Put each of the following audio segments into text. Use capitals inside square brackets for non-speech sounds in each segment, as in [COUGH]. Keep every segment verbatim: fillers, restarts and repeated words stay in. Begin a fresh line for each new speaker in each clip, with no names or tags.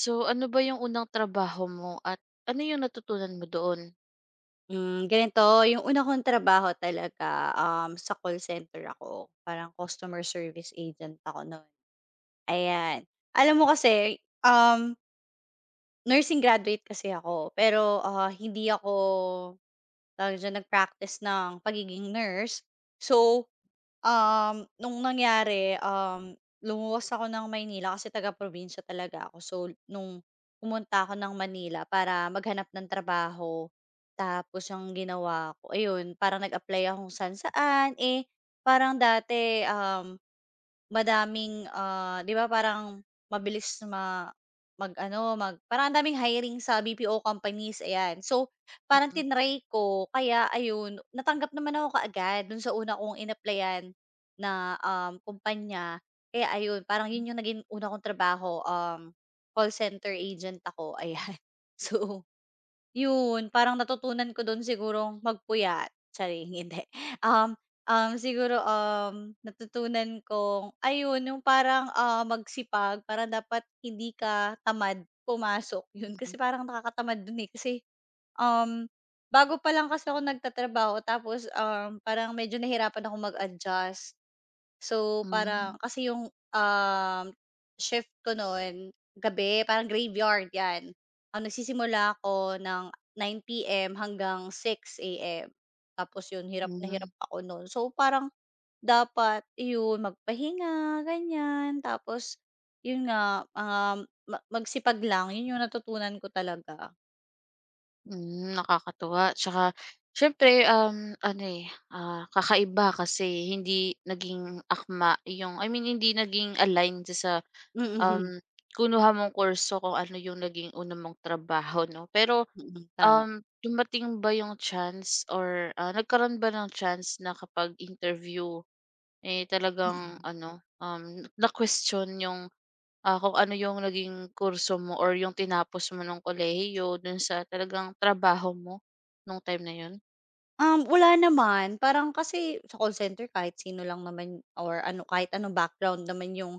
So, ano ba yung unang trabaho mo at ano yung natutunan mo doon?
Hmm, ganito, yung una kong trabaho talaga, um, sa call center ako. Parang customer service agent ako no'n, ayan. Alam mo kasi, um, nursing graduate kasi ako pero, ah, hindi ako, tawag diyan, nag-practice ng pagiging nurse. So Um, nung nangyari, um, lumuwas ako ng Maynila kasi taga-probinsya talaga ako. So, nung pumunta ako ng Manila para maghanap ng trabaho, tapos ang ginawa ko, ayun, parang nag-apply akong saan-saan. Eh, parang dati, um, madaming, ah, 'di ba parang mabilis ma mag-ano, mag parang ang daming hiring sa B P O companies, ayan. So, parang
Mm,
tinray ko kaya ayun, natanggap naman ako kaagad dun sa una kong in na, um, kumpanya. Kaya ayun, parang yun yung naging una kong trabaho, um, call center agent ako, ayan. [LAUGHS] So yun, parang natutunan ko dun sigurong magpuyat, sorry [LAUGHS] hindi. Um, um, siguro, um, natutunan kong ayun yung parang, ah, magsipag parang dapat hindi ka tamad pumasok, [LAUGHS] yun.
mm.
Kasi parang nakakatamad dun, eh, kasi, um, bago pa lang kasi ako nagtatrabaho tapos, um, parang medyo nahirapan akong mag-adjust. So,
Hmm,
parang kasi yung, um, shift ko noon gabi, parang graveyard 'yan. Ah, nagsisimula ako ng nine p m hanggang six a m. Tapos yun, hirap na hirap
hmm,
ako noon. So, parang dapat yun magpahinga, ganyan. Tapos yun nga, um, ma magsipag lang, yun yung natutunan ko talaga.
hmm, nakakatuwa 'tsaka siyempre, um, ano, eh, ah, kakaiba kasi hindi naging akma yung I mean hindi naging align sa,
Mm,
um, kinuha mong kurso kung ano yung naging una mong trabaho 'no. Pero,
mm. Tama.
um, dumating ba yung chance or, ah, nagkaroon ba ng chance na kapag-interview eh, talagang
Mm.
ano, um, na-question yung, ah, kung ano yung naging kurso mo or yung tinapos mo nung kolehiyo dun sa talagang trabaho mo nung time na yun?
Um, wala naman. Parang kasi sa call center kahit sino lang naman or ano, kahit anong background naman yung,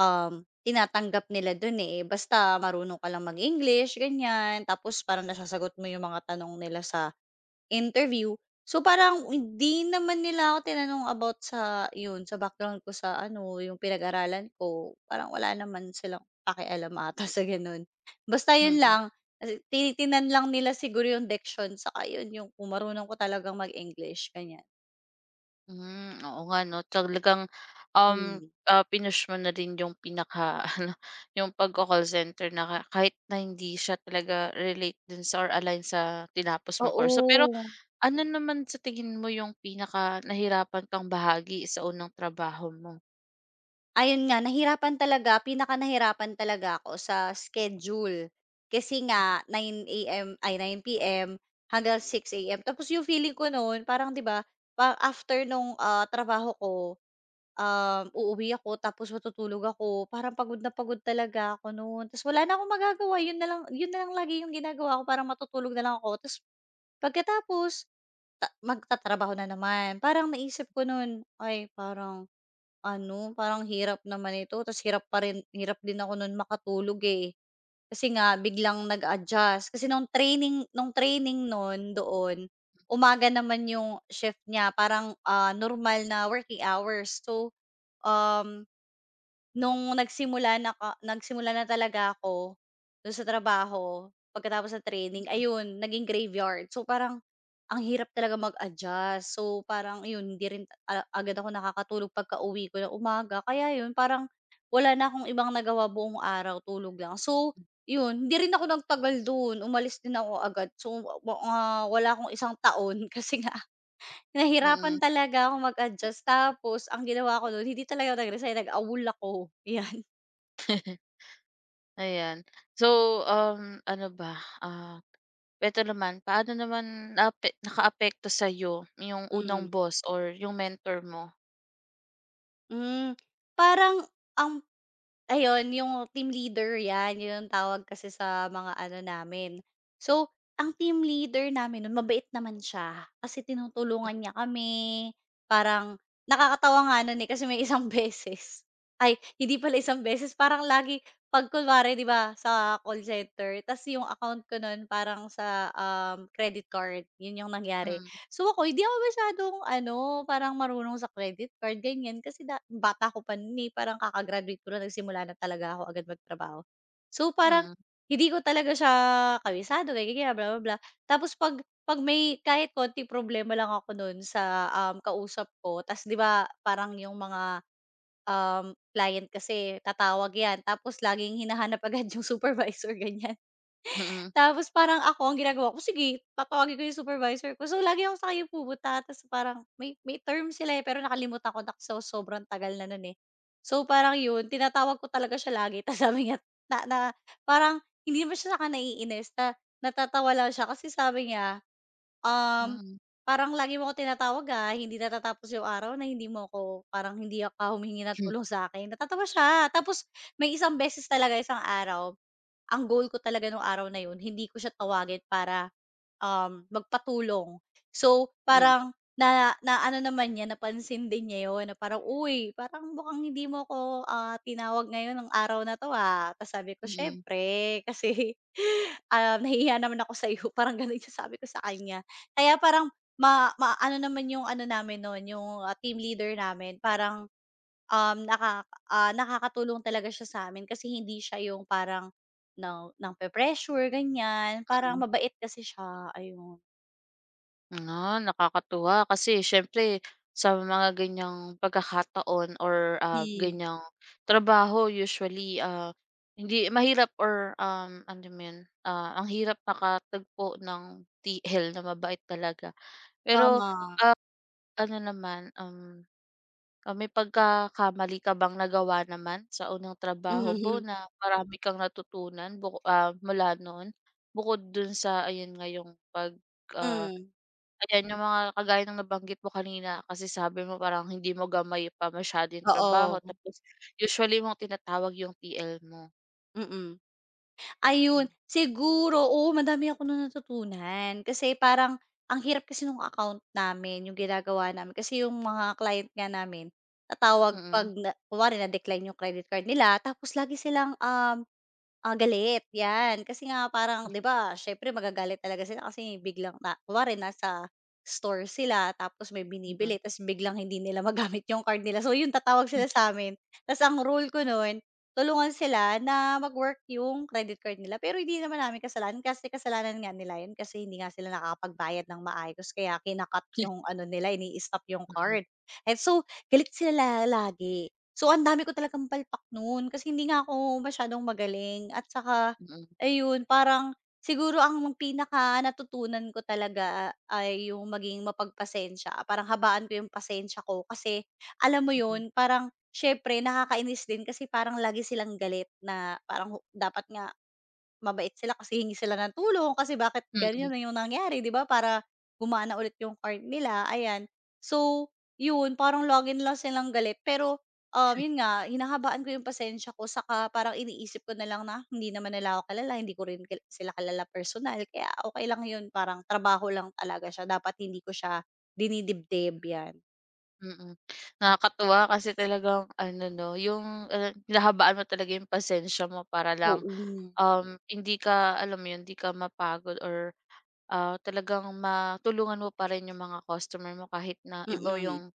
um, tinatanggap nila dun, eh. Basta marunong ka lang mag-English, ganyan. Tapos parang nasasagot mo yung mga tanong nila sa interview. So, parang hindi naman nila ako tinanong about sa yun, sa background ko sa ano, yung pinag-aralan ko. Parang wala naman silang pakialam ata [LAUGHS] sa ganun. Basta yun
Mm.
lang kasi tinitingnan lang nila siguro yung diction saka yun yung kung marunong ko talagang mag-English, ganyan.
Hmm, oo nga 'no, talagang, um,
Hmm.
ah, pinush mo na rin yung pinaka-ano, [LAUGHS] yung pagco-call center na ka kahit na hindi siya talaga relate dun sa or align sa tinapos mo kurso. Pero
Oo,
ano naman sa tingin mo yung pinaka nahirapan kang bahagi sa unang trabaho mo?
ayun nga nahirapan talaga pinakanahirapan talaga ako sa schedule. Kasi nga nine a m ay nine p m hanggang six a m tapos yung feeling ko noon parang 'di ba, pa after nung, ah, trabaho ko, um, uuwi ako tapos matutulog ako parang pagod na pagod talaga ako noon tapos wala na akong magagawa yun na lang yun na lang lagi yung ginagawa ko parang matutulog na lang ako tapos pagkatapos, ta magtatrabaho na naman. Parang naisip ko nun, ay parang ano, parang hirap naman ito ta's hirap pa rin hirap din ako nun makatulog, eh. Kasi nga biglang nag-adjust. Kasi nung training nung training nun doon, umaga naman yung shift niya parang, ah, normal na working hours. So, um Nung nagsimula na ka nagsimula na talaga ako dun sa trabaho, pagkatapos ng training ayun naging graveyard. So parang ang hirap talaga mag-adjust. So parang yun hindi rin a agad ako nakakatulog pagkauwi ko ng umaga. Kaya yun parang wala na akong ibang nagawa buong araw, tulog lang. So yun, hindi rin ako nagtagal dun, umalis din ako agad. So wa ah, wala akong isang taon [LAUGHS] kasi nga nahirapan
Mm.
talaga ako mag-adjust. Tapos ang ginawa ko nun hindi talaga ako nag-resign, nag-awol ako. Yeah.
Ayan. So, um, ano ba, ah, eto naman, paano naman naape nakaapekto sa'yo yung unang
Hmm,
boss or yung mentor mo?
hmm. Parang ang ayun yung team leader 'yan, yun ang tawag kasi sa mga ano namin. So, ang team leader namin nun mabait naman siya, kasi tinutulungan niya kami, parang nakakatawa nga nun, eh, kasi may [LAUGHS] isang beses ay hindi pala isang beses, parang lagi 'pag kunwari 'di ba sa call center ta's yung account ko nun parang sa, um, credit card, yun yung nangyari.
Mm,
So ako hindi ako masyadong ano, parang marunong sa credit card ganyan kasi da bata ko pa no'n, eh, parang kaka-graduate ko lang nagsimula na talaga ako agad magtrabaho. So parang
mm,
hindi ko talaga siya kabisado kaya ganyan bla, bla, bla. Tapos 'pag 'pag may kahit konting problema lang ako no'n sa, um, kausap ko ta's 'di ba parang yung mga, um, client kasi tatawag 'yan tapos laging hinahanap agad yung supervisor [LAUGHS] ganyan.
mm,
Tapos parang ako ang ginagawa ko, sige tatawagin ko yung supervisor ko. So, lagi ako sa kanya pupunta tapos parang may may term sila, eh, pero nakalimutan ko na so sobrang tagal na nun, eh. So, parang yun tinatawag ko talaga siya lagi [LAUGHS] tapos sabi niya na na parang hindi naman siya sa'kin naiinis na natatawa lang siya kasi sabi niya, um,
mm,
"Parang lagi mo ako tinatawag, ah, hindi natatapos yung araw na hindi mo ako parang hindi ka humingi ng
hmm,
tulong sa akin." Natatawa siya tapos may isang beses talaga, isang araw, ang goal ko talaga nung araw na yun hindi ko siya tawagin para, um, magpatulong. So,
mm,
parang na na ano naman niya, napansin din niya yun na parang, "Uy, parang mukhang hindi mo ko ah, tinawag ngayon ng araw na 'to, ah." Tapos sabi ko,
mm,
"Siyempre [LAUGHS] kasi, um, nahihiya naman ako sa iyo," [LAUGHS] Parang gano'n yung sabi ko sa kanya. Kaya parang ma ma ano naman yung ano namin nun, yung, ah, team leader namin parang Um, nakaka ah, nakakatulong talaga siya sa'min kasi hindi siya yung parang ng nampe-pressure ganyan, parang
mm.
mabait kasi siya, ayun.
Ah, nakakatuwa kasi siyempre sa mga ganyang pagkakataon or, ah,
Hmm,
ganyang trabaho usually, ah, hindi mahirap or, um, ano mo yun, ah, ang hirap makatagpo ng T L na mabait talaga. Pero
tama.
ano naman, um, ah, may pagkakamali ka bang nagawa naman sa unang trabaho mo
Mhm,
na marami kang natutunan buku ah, mula no'n? Bukod do'n sa ayun nga yung 'pag, ah,
hmm.
ayan yung mga kagaya ng nabanggit mo kanina kasi sabi mo parang hindi mo gamay pa masyado yung
Oo,
trabaho tapos usually mong tinatawag yung T L mo.
mm. Ayun,
Hmm,
siguro oo madami ako nun natutunan. Kasi parang ang hirap kasi nung account namin, yung ginagawa namin. Kasi yung mga client nga namin, tatawag 'pag
mm,
na kunwari na-decline yung credit card nila tapos lagi silang, um, ah, galit, 'yan. Kasi nga parang 'di ba siyempre magagalit talaga sila kasi biglang na kunwari nasa store sila tapos may
mm.
binibili ta's biglang hindi nila [LAUGHS] magamit yung card nila. So yun, tatawag sila sa sa'min ta's ang rule ko nun tulungan sila na mag-work yung credit card nila, pero hindi naman namin kasalanan kasi kasalanan nga nila yun kasi hindi nga sila nakakapagbayad ng maayos kaya kinakat yung ano nila, ini-stop yung
Mm, mm,
card.
[LAUGHS]
And so, galit sila la- lagi. So, ang dami ko talagang palpak noon kasi hindi nga ako masyadong magaling at saka
mm,
ayun, parang siguro ang pinaka-natutunan ko talaga ay yung maging mapagpasensya, parang habaan ko yung pasensya ko kasi alam mo
mm.
yun, parang siyempre nakakainis din kasi parang lagi silang galit na parang hu dapat nga mabait sila kasi hingi sila ng tulong kasi bakit ganyan
Mm.
na yung nangyari 'di ba, para gumana ulit yung card nila ayan. So, yun parang login na lang silang galit pero, um, yun nga hinahabaan ko yung pasensya ko saka parang iniisip ko na lang na hindi naman nila ako kilala, hindi ko rin kila sila kalala personal kaya okey lang yun parang trabaho lang talaga siya dapat hindi ko siya dinidibdib yan.
Mm. Nakakatuwa kasi talagang ano 'no, yung, ah, hinahabaan mo talaga yung pasensya mo para lang,
Oo,
um, hindi ka alam mo yun, hindi ka mapagod or, ah, talagang matulungan mo pa rin yung mga customer mo kahit na iba
mm,
yung,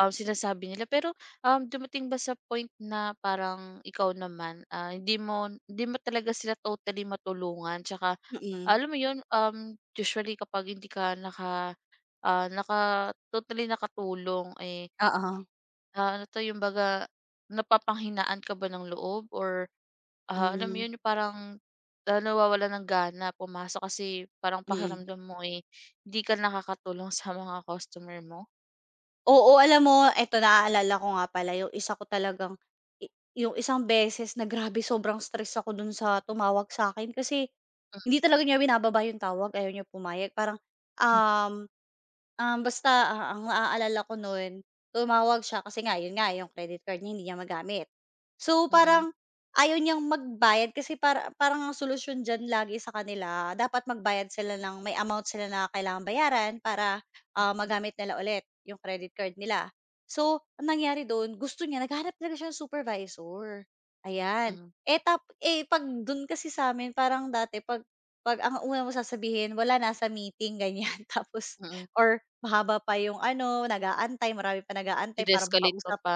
um, sinasabi nila. Pero, um, dumating ba sa point na parang ikaw naman, ah, hindi mo hindi mo talaga sila totally matulungan tsaka
mm,
alam mo yun, um, usually kapag hindi ka naka, ah, naka totally nakatulong, eh
oo.
ah, ano 'to, yung baga napapanghinaan ka ba ng loob or, ah, alam mo
Hmm,
yun, yung parang, ah, nawawalan ng gana pumasok kasi parang
mm.
pakiramdam mo, eh, hindi ka nakakatulong [LAUGHS] sa mga customer mo.
Oo, alam mo eto naaalala ko nga pala yung isa ko talagang i yung isang beses na grabe [LAUGHS] sobrang stress ako dun sa tumawag sa'kin kasi hindi talaga niya binababa yung tawag, ayaw niya pumayag. Parang,
[LAUGHS]
um Um, basta, ah, ang naaalala ko nun, tumawag siya kasi nga yun nga yung credit card niya hindi niya magamit. So,
Mm,
parang ayaw niyang magbayad kasi para parang ang solusyon diyan lagi sa kanila dapat magbayad sila ng may amount sila na kailangang bayaran para, ah, magamit nila ulit yung credit card nila. So, ang nangyari dun gusto niya naghahanap talaga siya ng supervisor, ayan.
hmm,
Eh, tap eh, 'pag dun kasi sa sa'min parang dati 'pag 'pag ang una mong sasabihin, "Wala, nasa meeting," ganyan. [LAUGHS] Tapos
mm.
or mahaba pa yung ano, nag-aantay, marami pa nag-aantay para
Dine-escalate mo
makausap
pa.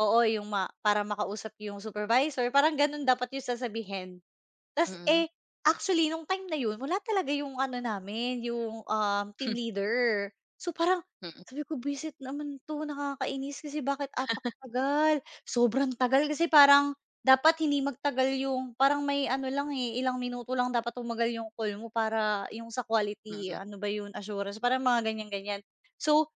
oo, yung ma para makausap yung supervisor, parang gano'n dapat yung sasabihin. Tas,
Mm,
eh, actually nung time na yun wala talaga yung ano namin, yung, um, team leader. So, parang
mm, mm,
sabi ko, "Visit naman 'to, nakakainis kasi bakit apakatagal?" Sobrang tagal kasi parang dapat hindi magtagal yung parang may ano lang, eh, ilang minuto lang dapat tumagal yung call mo para yung sa quality
mm,
ano ba yun, assurance, parang mga ganyan-ganyan. So,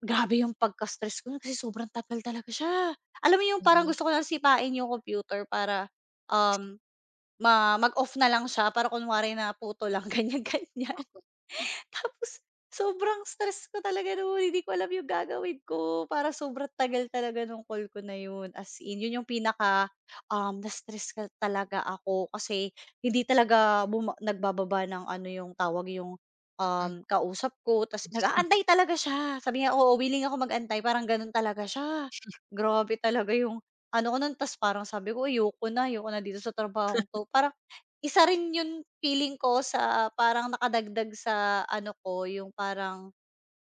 grabe yung pagka-stress ko nun kasi sobrang tagal talaga siya. Alam mo yung parang
mm. Mm,
gusto ko lang sipain yung computer para, um, Ma mag-off na lang siya para kunwari na puto lang [LAUGHS] ganyan, ganyan. Tapos sobrang stress ko talaga no'n, hindi ko alam yung gagawin ko para sobrang tagal talaga nung call ko na 'yun, as in 'yun yung pinaka, um, na-stress ka talaga ako kasi hindi talaga buma nagbababa ng ano yung tawag yung,
mm.
um, kausap ko ta's nag-aantay talaga siya. Sabi niya, "Oo, willing ako mag-antay," parang gano'n talaga siya. Grabe talaga yung ano ko nun ta's parang sabi ko, "Ayoko na, ayoko na dito sa trabahong 'to." Parang isa rin yun feeling ko sa parang nakadagdag sa ano ko, yung parang,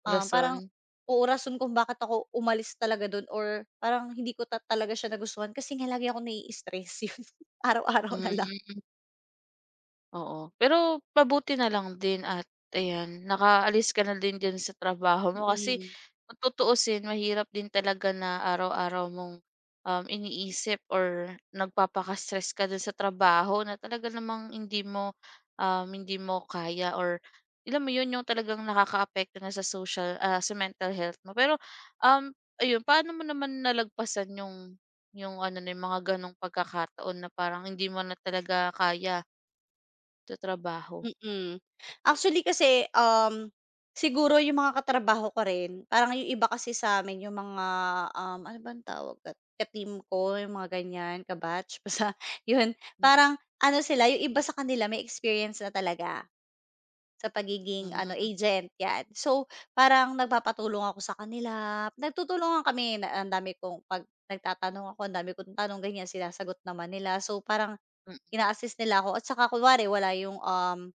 um, parang
Rason,
oo, rason kung bakit ako umalis talaga dun or parang hindi ko ta talaga siya nagustuhan kasi nga lagi ako nai-stress, yun. [LAUGHS] Araw-araw na lang.
hmm. Oo, pero mabuti na lang din at ayan, nakaalis ka na din diyan sa trabaho mo kasi
Mm.
kung tutuusin mahirap din talaga na araw-araw mong, um, iniisip or nagpapaka-stress ka din sa trabaho na talaga namang hindi mo, um, hindi mo kaya or alam mo yun, yung talagang nakakaapekto na sa social, ah, sa mental health mo. Pero, um, ayun, paano mo naman nalagpasan yung yung ano na yung mga ganong pagkakataon na parang hindi mo na talaga kaya? Sa trabaho?
Mm. Actually kasi, um, siguro yung mga katrabaho ko rin, parang yung iba kasi sa amin yung mga, um, ano bang tawag ka ka-team ko, yung mga ganyan, ka-batch, [LAUGHS] basta yun.
Mm.
Parang ano sila, yung iba sa kanila may experience na talaga sa pagiging ano,
Hmm,
agent, yan. So, parang nagpapatulong ako sa kanila, nagtutulungan kami na ang dami kong 'pag nagtatanong ako, ang dami kong tanong, ganyan, sinasagot naman nila. So, parang ina-assist nila ako at saka kunwari wala yung, um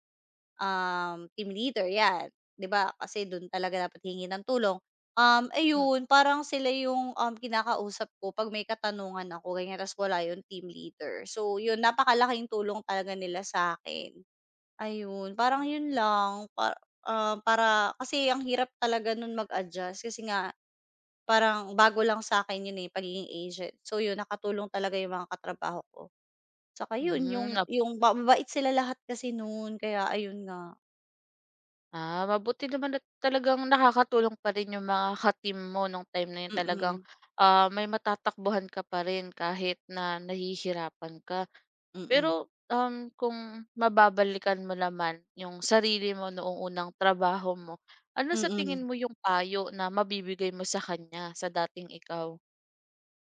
um, team leader 'yan, 'di ba? Kasi do'n talaga dapat hingi ng tulong. Um,
mm,
ayun parang sila yung, um, kinakausap ko 'pag may katanungan ako ganyan ta's wala yung team leader. So yun, napakalaking tulong talaga nila sa akin. Ayun, parang yun lang pa ah, para kasi ang hirap talaga nun mag-adjust kasi nga parang bago lang sa akin yun, eh, pagiging agent. So yun, nakatulong talaga yung mga katrabaho ko. Tsaka yun,
hmm,
yung
nap
yung mababait sila lahat kasi nun kaya ayun nga,
ah, mabuti naman at talagang nakakatulong pa rin yung mga ka-team mo nung time na yun
mm
talagang,
mm.
ah, may matatakbuhan ka pa rin kahit na nahihirapan ka. Pero,
Mm,
um, kung mababalikan mo naman yung sarili mo noong unang trabaho mo, ano sa
mm.
tingin mo yung payo na mabibigay mo sa kanya, sa dating ikaw?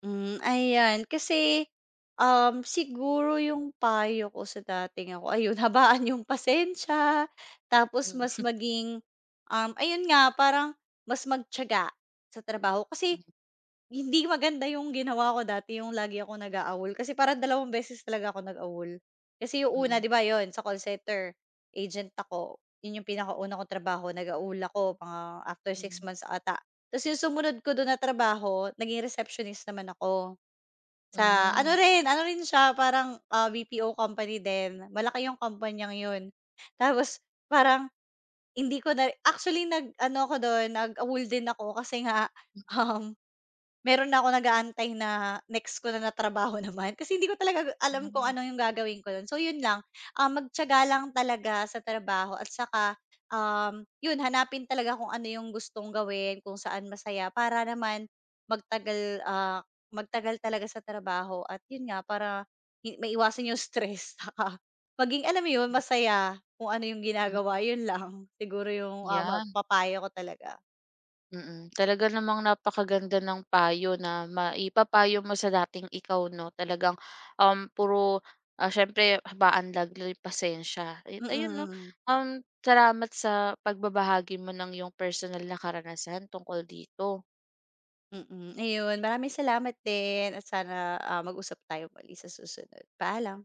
Hmm, ayan kasi, um, siguro yung payo ko sa dating ako, ayun [LAUGHS] habaan yung pasensya, tapos mas
Mm,
maging, um, ayun nga parang mas magtiyaga sa trabaho.
mm,
Kasi hindi maganda yung ginawa ko dati, yung lagi ako nag-aawol kasi parang dalawang beses talaga ako nag-awol. Kasi yung una
mm,
'di ba yon sa call center, agent ako, yun yung pinakauna kong trabaho nag-awol ako mga after six
mm,
months ata. Tapos yung sumunod ko doon na trabaho naging receptionist naman ako, sa ano
hmm,
rin ano rin siya parang, ah, B P O company din, malaki yung kumpanyang yun. Tapos parang hindi ko na actually nag-ano ko doon nag-awol din ako kasi nga, [LAUGHS] um meron na ako nag-aantay na next ko na na trabaho [LAUGHS] naman kasi hindi ko talaga alam kung
hmm,
ano yung gagawin ko nun. So yun lang, ah, magtiyaga lang talaga sa trabaho at saka, um, yun hanapin talaga kung ano yung gustong gawin, kung saan masaya para naman magtagal, ah, magtagal talaga sa trabaho at yun nga para hi maiwasan yung stress [LAUGHS] saka maging alam mo yun, masaya kung ano yung
hmm,
ginagawa, yun lang. Siguro yung, ah, ma
yeah.
papayo ko talaga.
Mm, talaga namang napakaganda ng payo na maipapayo mo sa dating ikaw 'no, talagang, um, puro, ah, siyempre habaan lang yung pasensya at
Mm.
ayun 'no,
Mm.
um, salamat sa pagbabahagi mo ng yung personal na karanasan tungkol dito.
Mm, ayun maraming salamat din at sana, ah, mag-usap tayo muli sa susunod, paalam.